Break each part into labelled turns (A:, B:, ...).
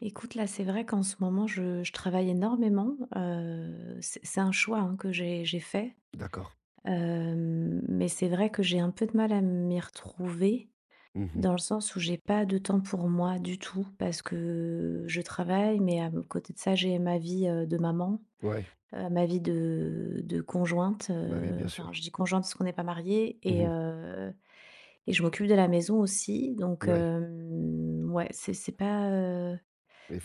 A: Écoute, là, c'est vrai qu'en ce moment, je travaille énormément. C'est un choix, hein, que j'ai fait.
B: D'accord.
A: Mais c'est vrai que j'ai un peu de mal à m'y retrouver,
B: Mmh.
A: dans le sens où j'ai pas de temps pour moi du tout, parce que je travaille, mais à côté de ça, j'ai ma vie de maman,
B: Ouais,
A: ma vie de conjointe.
B: bah oui, bien
A: Enfin,
B: sûr.
A: je dis conjointe parce qu'on n'est pas mariés. Et,
B: Mmh.
A: euh, et je m'occupe de la maison aussi. Donc,
B: Ouais,
A: ouais, c'est pas.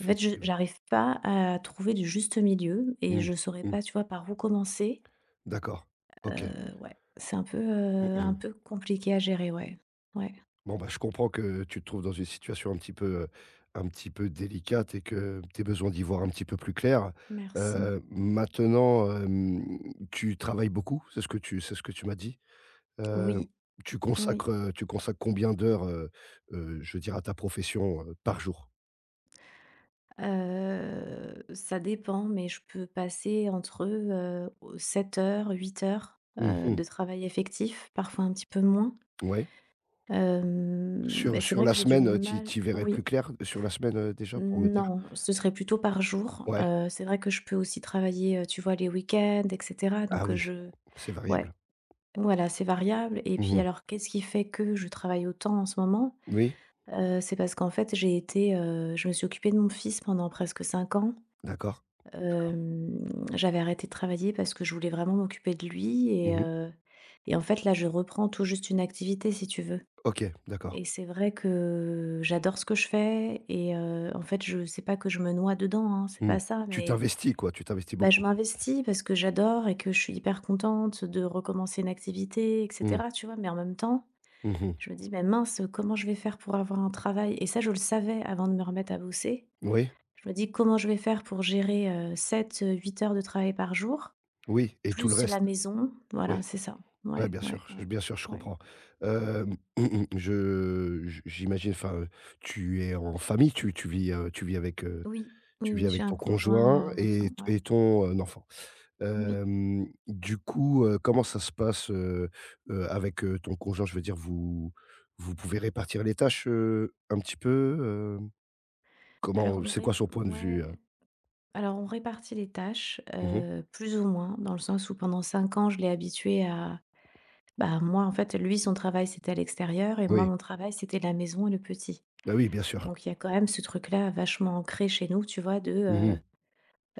A: En fait, je j'arrive pas à trouver du juste milieu et
B: Mmh.
A: je saurais
B: Mmh.
A: pas, tu vois, par où commencer.
B: D'accord. OK.
A: Ouais, c'est un
B: Mhm.
A: peu compliqué à gérer, ouais. Ouais,
B: Bon, bah je comprends que tu te trouves dans une situation un petit peu délicate et que tu aies besoin d'y voir un petit peu plus clair.
A: merci.
B: Maintenant, tu travailles beaucoup? C'est ce que tu c'est ce que tu m'as dit? Heu,
A: Oui,
B: Tu
A: oui,
B: consacres, tu consacres combien d'heures, je veux dire, à ta profession, par jour?
A: ça dépend, mais je peux passer entre, 7 heures, 8 heures
B: Mmh,
A: de travail effectif, parfois un petit peu moins.
B: mmh. Ouais.
A: Mais
B: Sur
A: c'est
B: sur
A: vrai que
B: la
A: j'ai du
B: semaine, tu y
A: mal,
B: tu y verrais plus
A: oui.
B: clair sur la semaine, déjà, pour me dire?
A: Non, ce serait plutôt par jour.
B: Ouais.
A: C'est vrai que je peux aussi travailler, tu vois, les week-ends et cetera,
B: Ah
A: donc
B: oui,
A: je
B: c'est
A: ouais,
B: variable.
A: voilà, c'est variable. Et
B: Mmh
A: puis,
B: mh.
A: alors, qu'est-ce qui fait que je travaille autant en ce moment?
B: Oui,
A: C'est parce qu'en fait, je me suis occupée de mon fils pendant presque 5 ans.
B: d'accord.
A: Hem, J'avais arrêté de travailler parce que je voulais vraiment m'occuper de lui et
B: Mmh mh.
A: heu et en fait, là, je reprends tout juste une activité, si tu veux.
B: OK, d'accord.
A: Et c'est vrai que j'adore ce que je fais en fait, je sais pas, que je me noie dedans, hein, c'est
B: Mmh.
A: pas ça,
B: Tu
A: mais
B: t'investis quoi, tu t'investis
A: bah, je
B: beaucoup.
A: m'investis parce que j'adore et que je suis hyper contente de recommencer une activité et
B: Mmh.
A: cetera, tu vois? Mais en même temps,
B: Mmh mh.
A: je me dis: «Mais mince, comment je vais faire pour avoir un travail?» Et ça, je le savais avant de me remettre à bosser.
B: Oui,
A: Je me dis: «Comment je vais faire pour gérer, 7 8 heures de travail par jour,
B: oui, et tout le
A: plus
B: reste.
A: la maison?»
B: Oui.
A: Voilà, c'est ça.
B: Ouais,
A: Ouais,
B: bien
A: ouais,
B: sûr, je
A: ouais,
B: je
A: ouais.
B: comprends. Hem, je j'imagine enfin, tu es en famille, tu
A: Oui,
B: tu
A: oui,
B: vis
A: oui, j'ai
B: avec
A: un
B: ton
A: conjoint et
B: conjoint
A: un
B: et
A: enfant, ouais.
B: t et ton, enfant?
A: Oui.
B: Du coup, comment ça se passe, avec, ton conjoint? Je veux dire, vous vous pouvez répartir les tâches, un petit peu, heu?
A: Alors
B: Comment
A: on
B: c'est quoi
A: ré
B: son point de vue, heu?
A: Ouais, alors on répartit les tâches,
B: Mmh.
A: plus ou moins, dans le sens où pendant 5 ans, je l'ai habitué à. Bah, moi, en fait, lui, son travail, c'était à l'extérieur, et moi,
B: Oui,
A: mon travail, c'était la maison et le petit.
B: bah oui, bien sûr.
A: Donc il y a quand même ce truc-là vachement ancré chez nous, tu vois?
B: Mmh.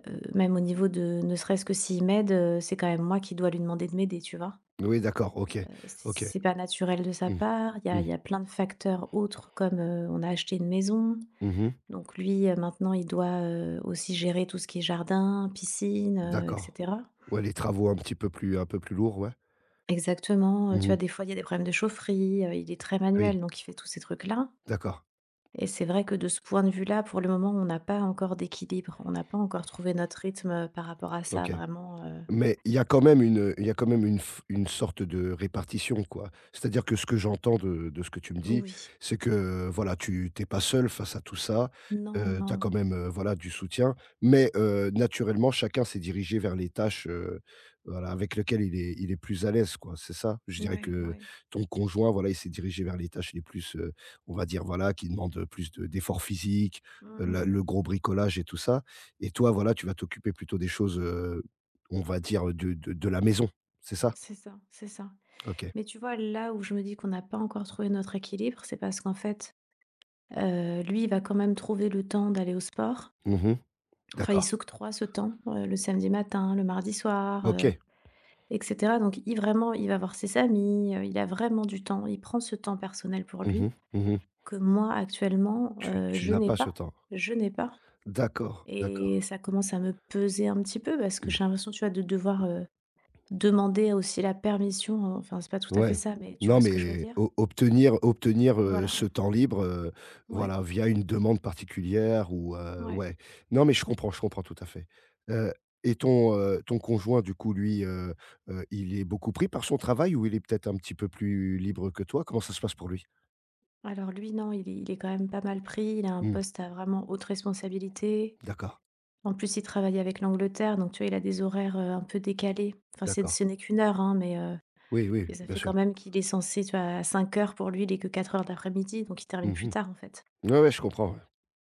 A: Même au niveau de ne serait-ce que s'il m'aide, c'est quand même moi qui dois lui demander de m'aider, tu vois?
B: Oui, d'accord, OK,
A: Heu,
B: OK.
A: c'est pas naturel de sa
B: Mmh.
A: part, il y a il
B: Mmh.
A: y a plein de facteurs autres, comme, on a acheté une maison.
B: Mmh.
A: Donc lui, maintenant, il doit, aussi gérer tout ce qui est jardin, piscine, et
B: D'accord.
A: cetera.
B: Ouais, les travaux un petit peu plus un peu plus lourds, ouais.
A: Exactement, tu vois,
B: Mmh.
A: des fois, il y a des problèmes de chaufferie, il est très
B: Oui,
A: manuel, donc il fait tous ces trucs-là.
B: d'accord.
A: Et c'est vrai que de ce point de vue-là, pour le moment, on n'a pas encore d'équilibre. On n'a pas encore trouvé notre rythme, par rapport à ça,
B: OK.
A: vraiment,
B: Mais il y a quand même une il y a quand même une f une sorte de répartition, quoi. C'est-à-dire que ce que j'entends de ce que tu me dis,
A: oui.
B: c'est que, voilà, tu t'es pas seul face à tout ça,
A: Non,
B: tu as
A: non.
B: quand même, voilà, du soutien. Mais, naturellement, chacun s'est dirigé vers les tâches, voilà, avec lesquelles il est plus à l'aise, quoi, c'est ça? Je dirais
A: Ouais,
B: que
A: ouais.
B: ton conjoint, voilà, il s'est dirigé vers les tâches les plus, on va dire, voilà, qui demandent plus de d'efforts physiques,
A: Mmh, mmh
B: la
A: mh.
B: le gros bricolage et tout ça. Et toi, voilà, tu vas t'occuper plutôt des choses, on va dire, de de la maison, c'est ça?
A: C'est ça, c'est ça.
B: OK.
A: Mais tu vois, là où je me dis qu'on n'a pas encore trouvé notre équilibre, c'est parce qu'en fait, lui, il va quand même trouver le temps d'aller au sport.
B: Mmh.
A: Enfin, il
B: D'accord.
A: s'octroie ce temps, le samedi matin, le mardi soir,
B: OK.
A: et cetera. Donc il va voir ses amis, il a vraiment du temps. Il prend ce temps personnel pour
B: Mmh
A: lui,
B: mh. Mmh.
A: que moi, actuellement,
B: Tu tu
A: je
B: n'as
A: n'ai
B: pas ce
A: pas.
B: temps.
A: Je n'ai pas,
B: D'accord,
A: et
B: d'accord.
A: ça commence à me peser un petit peu parce que
B: Mmh,
A: j'ai l'impression, tu vois, de devoir, demander aussi la permission, enfin, c'est pas tout à fait
B: ouais.
A: ça, mais tu vois
B: Non,
A: ce que je veux
B: mais
A: dire?
B: o obtenir obtenir, ce
A: Voilà,
B: temps libre,
A: ouais,
B: voilà, via une demande particulière ou
A: ouais.
B: ouais. Non, mais je comprends tout à fait. Heu et ton, ton conjoint, du coup, lui, il est beaucoup pris par son travail, ou il est peut-être un petit peu plus libre que toi? Comment ça se passe pour lui?
A: Alors lui, non, il est quand même pas mal pris. Il a un
B: Mmh,
A: poste à vraiment haute responsabilité.
B: d'accord,
A: En plus, il travaille avec l'Angleterre, donc tu vois, il a des horaires, un peu décalés. Enfin, c'est
B: d'accord.
A: ce n'est qu'une heure, hein, mais heu,
B: Oui, oui,
A: mais ça
B: bien
A: fait
B: sûr.
A: quand même qu'il est censé, tu vois, à 5 heures pour lui, il est que 4 heures daprès midi, donc il termine plus
B: Mmh.
A: tard, en fait.
B: Ouais, ouais, je comprends, ouais.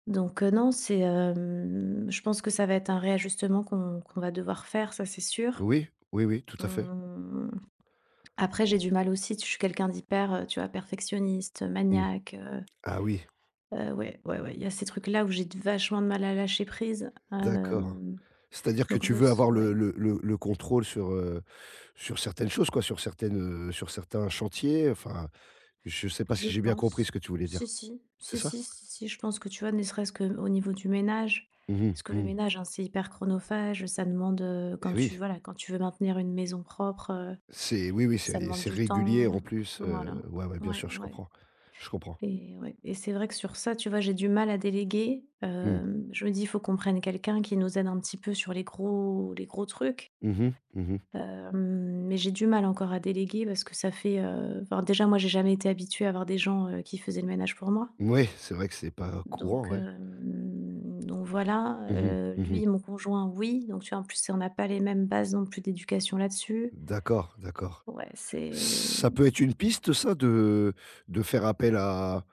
A: Donc non, je pense que ça va être un réajustement qu'on va devoir faire, ça, c'est sûr.
B: Oui, oui, oui, tout à fait.
A: Mmh, après, j'ai du mal aussi, je suis quelqu'un d'hyper, tu vois, perfectionniste,
B: Mmh.
A: maniaque.
B: Ah oui,
A: Ouais, ouais, ouais, il y a ces trucs-là où j'ai vachement de mal à lâcher prise.
B: d'accord.
A: Hem,
B: C'est-à-dire que
A: donc
B: tu
A: ne
B: veux
A: s
B: avoir le
A: Ouais.
B: contrôle sur, sur certaines choses, quoi, sur certaines, sur certains chantiers, enfin, je ne sais pas
A: Je
B: si j'ai bien compris ce
A: pense.
B: que tu voulais
A: Si,
B: dire.
A: si.
B: C'est
A: Si,
B: ça?
A: si, si, si, je pense que, tu vois, ne serait-ce qu'au niveau du ménage,
B: Mmh
A: parce que
B: mh,
A: le
B: mmh.
A: ménage, hein, c'est hyper chronophage, ça demande, quand tu
B: Oui,
A: voilà, quand tu veux maintenir une maison propre,
B: c'est oui,
A: ça demande
B: c'est
A: du
B: régulier en
A: temps.
B: plus,
A: Voilà.
B: ouais, ouais, bien
A: Ouais,
B: sûr, je
A: ouais,
B: comprends, je comprends.
A: et c'est vrai que sur ça, tu vois, j'ai du mal à déléguer.
B: Mmh.
A: Je me dis: «Il faut qu'on prenne quelqu'un qui nous aide un petit peu sur les gros, les gros trucs».
B: Mmh mh, mmh.
A: Mais j'ai du mal encore à déléguer parce que ça fait, enfin, déjà, moi, j'ai jamais été habituée à avoir des gens, qui faisaient le ménage pour moi.
B: C'est vrai que c'est pas courant,
A: Donc,
B: ouais.
A: hem, donc voilà,
B: Mmh mh, mmh.
A: lui, mon conjoint, oui, donc tu vois, en plus, on n'a pas les mêmes bases non plus d'éducation là-dessus.
B: D'accord, d'accord.
A: Ouais, c'est
B: Ça peut être une
A: mmh,
B: piste, ça, de faire appel à,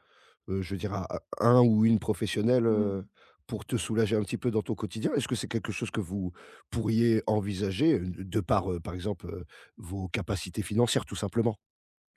B: je dirais, à un ou une professionnelle,
A: mmh.
B: pour te soulager un petit peu dans ton quotidien. Est-ce que c'est quelque chose que vous pourriez envisager, de par, par exemple, vos capacités financières tout simplement?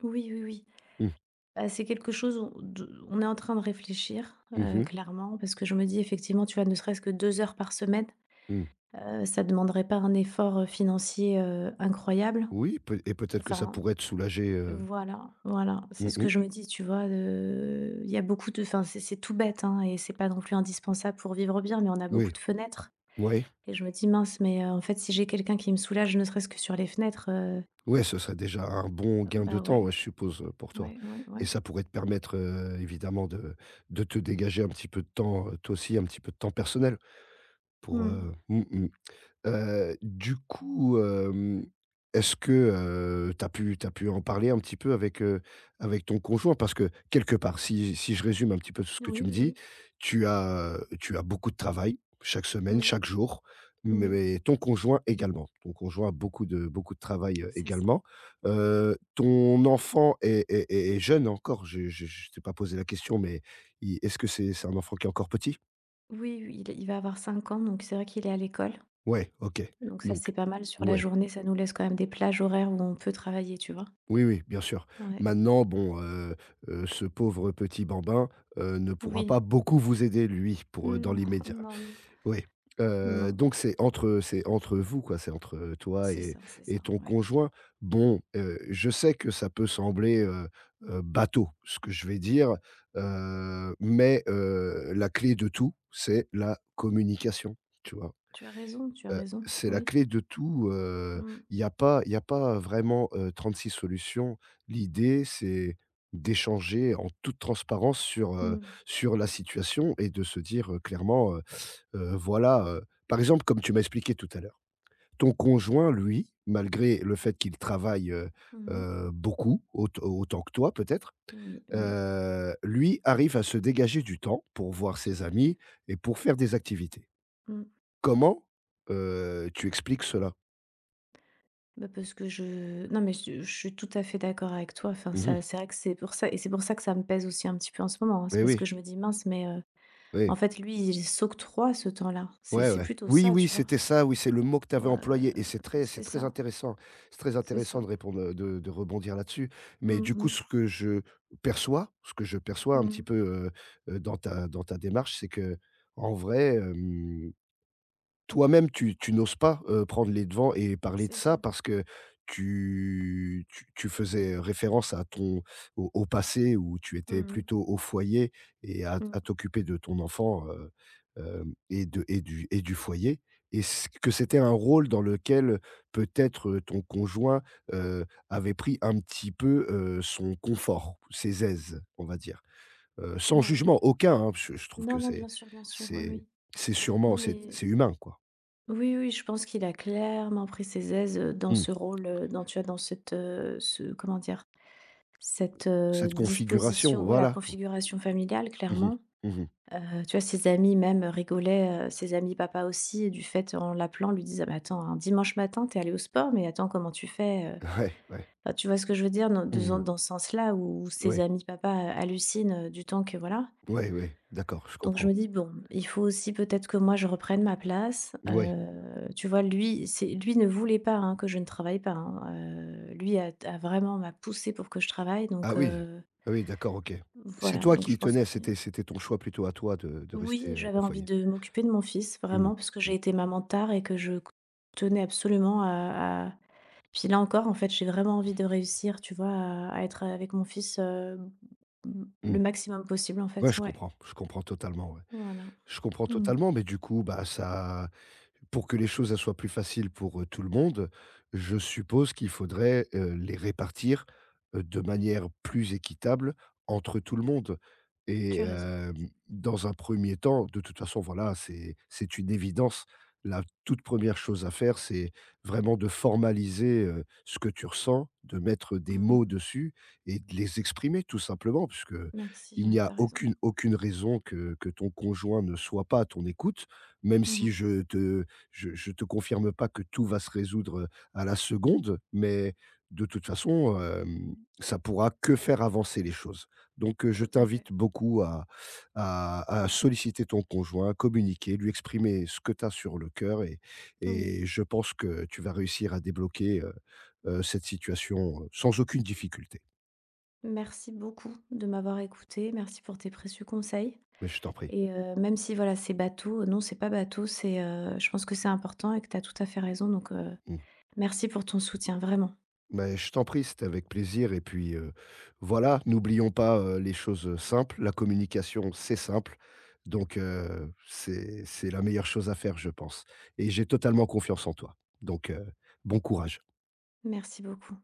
A: Oui, oui, oui.
B: Mmh.
A: Bah, c'est quelque chose, on est en train de réfléchir,
B: Mmh mh.
A: clairement, parce que je me dis, effectivement, tu vois, ne serait-ce que 2 heures par semaine,
B: Mmh.
A: ça ne demanderait pas un effort, financier, incroyable.
B: Oui, peut- et peut-être que ça
A: Enfin,
B: pourrait te soulager.
A: voilà, voilà, c'est
B: Mmh
A: ce
B: mh.
A: que je me dis, tu vois, il y a beaucoup de, enfin, c'est tout bête, hein, et c'est pas non plus indispensable pour vivre bien, mais on a beaucoup
B: Oui.
A: de fenêtres
B: Ouais.
A: et je me dis: «Mince, mais en fait, si j'ai quelqu'un qui me soulage, ne serait-ce que sur les fenêtres,
B: Ouais, ce serait déjà un bon gain de
A: bah,
B: temps,
A: ouais,
B: ouais, je suppose, pour toi,
A: ouais, ouais,
B: et
A: ouais.»
B: ça pourrait te permettre, évidemment, de te dégager un petit peu de temps, toi aussi, un petit peu de temps personnel pour,
A: Mmh.
B: heu. Mmh mh. Du coup, est-ce que, tu as pu t'as pu en parler un petit peu avec, avec ton conjoint? Parce que quelque part, si si je résume un petit peu tout ce
A: Oui,
B: que tu me
A: oui,
B: dis,
A: oui.
B: tu as, tu as beaucoup de travail chaque semaine,
A: Oui,
B: chaque jour,
A: oui,
B: mais ton conjoint également. Ton conjoint a beaucoup de travail,
A: c'est ça.
B: également. Ton enfant est est jeune encore? Je t'ai pas posé la question, mais il est-ce que c'est un enfant qui est encore petit?
A: Oui, oui, il va avoir 5 ans, donc c'est vrai qu'il est à l'école,
B: Ouais, OK,
A: donc ça,
B: donc
A: c'est pas mal sur la
B: ouais.
A: journée, ça nous laisse quand même des plages horaires où on peut travailler, tu vois?
B: Oui, oui, bien sûr.
A: Ouais.
B: Maintenant, bon, ce pauvre petit bambin, ne pourra
A: Oui.
B: pas beaucoup vous aider, lui, pour,
A: Non,
B: dans l'immédiat.
A: non, non.
B: Oui,
A: Non,
B: donc c'est entre vous, quoi, c'est entre toi
A: c'est
B: et
A: ça,
B: ton
A: ouais.
B: conjoint. Bon, je sais que ça peut sembler, bateau, ce que je vais dire, mais la clé de tout, c'est la communication, tu vois?
A: Tu as raison,
B: C'est la
A: oui.
B: clé de tout,
A: Mmh.
B: il y a pas il y a pas vraiment, six solutions. L'idée, c'est d'échanger en toute transparence sur,
A: Mmh.
B: sur la situation, et de se dire, clairement, voilà, par exemple, comme tu m'as expliqué tout à l'heure, ton conjoint, lui, malgré le fait qu'il travaille,
A: Mmh.
B: beaucoup, autant que toi peut-être,
A: Oui, oui,
B: lui arrive à se dégager du temps pour voir
A: tout
B: ses
A: à fait.
B: amis et pour faire des activités.
A: Mmh.
B: Comment, tu expliques cela?
A: Bah, parce que je non, mais je suis tout à fait d'accord avec toi, enfin,
B: Mmh mh.
A: ça, c'est vrai que c'est pour ça, et c'est pour ça que ça me pèse aussi un petit peu en ce moment, hein. C'est
B: Mais
A: parce
B: oui,
A: que je me dis: «Mince». Mais en
B: oui.
A: fait, lui, il s'octroie ce temps-là. C'est
B: Ouais,
A: c'est
B: ouais.
A: plutôt
B: Oui,
A: ça,
B: oui,
A: tu vois?
B: c'était ça, oui, c'est le mot que tu
A: Heu,
B: avais employé, et c'est
A: c'est
B: très
A: ça,
B: intéressant. C'est très
A: c'est
B: intéressant de
A: ça.
B: répondre, de rebondir là-dessus. Mais
A: Mmh
B: du coup,
A: mh.
B: ce que je perçois, ce que je perçois un petit
A: Mmh.
B: peu, dans ta démarche, c'est qu'en vrai, hem, toi-même, tu tu n'oses pas, prendre les devants et parler de
A: C'est ça.
B: ça, parce que tu tu faisais référence à ton au au passé où tu
A: Mmh
B: étais
A: mh.
B: plutôt au foyer et
A: Mmh.
B: à t'occuper de ton enfant, hem et de et du foyer, et c'était un rôle dans lequel peut-être, ton conjoint, avait pris un petit peu, son confort, ses aises, on va dire. Sans
A: Ouais.
B: jugement aucun, hein, je trouve
A: Non,
B: que
A: non,
B: c'est
A: bien sûr, oui,
B: c'est
A: oui.
B: c'est sûrement
A: Non, mais
B: c'est humain, quoi.
A: oui, oui, je pense qu'il a clairement pris ses aises, dans
B: Mmh.
A: ce rôle, dans, tu vois, dans cette, ce, comment dire? Cette,
B: Cette configuration,
A: disposition, voilà,
B: voilà.
A: configuration familiale,
B: Mmh mh.
A: clairement.
B: Mmh mh.
A: Tu vois, ses amis même rigolaient, ses amis papa aussi et du fait, en l'appelant, lui disaient: «Ah, mais attends, un dimanche matin, t'es allé au sport, mais attends, comment tu fais,»
B: Ouais, ouais.
A: Enfin, tu vois ce que je veux dire? Dans
B: Mmh
A: de
B: mh.
A: dans ce sens-là où ses
B: Ouais.
A: amis papa hallucinent, du temps que, voilà.
B: Ouais, ouais, d'accord, je
A: Donc je
B: comprends.
A: me dis: «Bon, il faut aussi peut-être que moi, je reprenne ma place».
B: Ouais.
A: Tu vois, lui, c'est lui ne voulait pas, hein, que je ne travaille pas, hein. Lui, a a vraiment m'a poussé pour que je travaille,
B: Ah
A: donc
B: oui. Ah oui, d'accord, OK. C'est
A: voilà,
B: toi
A: donc
B: qui
A: je
B: y
A: pense
B: tenais,
A: que
B: c'était c'était ton choix plutôt, à toi, de
A: oui,
B: rester,
A: j'avais
B: au
A: envie
B: foyer.
A: de m'occuper de mon fils
B: Mmh.
A: vraiment parce que
B: Mmh.
A: j'ai été maman tard et que je tenais absolument à puis, là encore, en fait, j'ai vraiment envie de réussir, tu vois, à être avec mon fils,
B: Mmh.
A: le maximum possible, en
B: Ouais,
A: fait. Ouais,
B: je comprends totalement, ouais.
A: voilà.
B: Je comprends
A: Mmh.
B: totalement, mais du coup, bah, ça pour que les choses, elles soient plus faciles pour, tout le monde, je suppose qu'il faudrait, les répartir, de manière plus équitable entre tout le monde, et
A: Tu as raison.
B: dans un premier temps, de toute façon, voilà, c'est une évidence. La toute première chose à faire, c'est vraiment de formaliser, ce que tu ressens, de mettre des mots
A: Mmh.
B: dessus et de les exprimer tout simplement, puisque
A: Merci,
B: il n'y
A: ouais,
B: a
A: t'as raison.
B: aucune aucune raison que ton conjoint ne soit pas à ton écoute, même si
A: Mmh.
B: je te je te confirme pas que tout va se résoudre à la seconde, mais de toute façon, ça pourra que faire avancer les choses. Donc je
A: Tout à fait.
B: t'invite beaucoup à solliciter ton conjoint, à communiquer, lui exprimer ce que tu as sur le cœur,
A: Oui.
B: et je pense que tu vas réussir à débloquer, cette situation, sans aucune difficulté.
A: Merci beaucoup de m'avoir écoutée. Merci pour tes précieux conseils
B: Mais je t'en prie.
A: même si, voilà, c'est bateau, non, c'est pas bateau, je pense que c'est important et que tu as tout à fait raison, donc
B: Mmh.
A: merci pour ton soutien, vraiment.
B: Mais je t'en prie, c'était avec plaisir, et puis, voilà, n'oublions pas, les choses simples. La communication, c'est simple, donc c'est la meilleure chose à faire, je pense, et j'ai totalement confiance en toi, donc bon courage.
A: Merci beaucoup.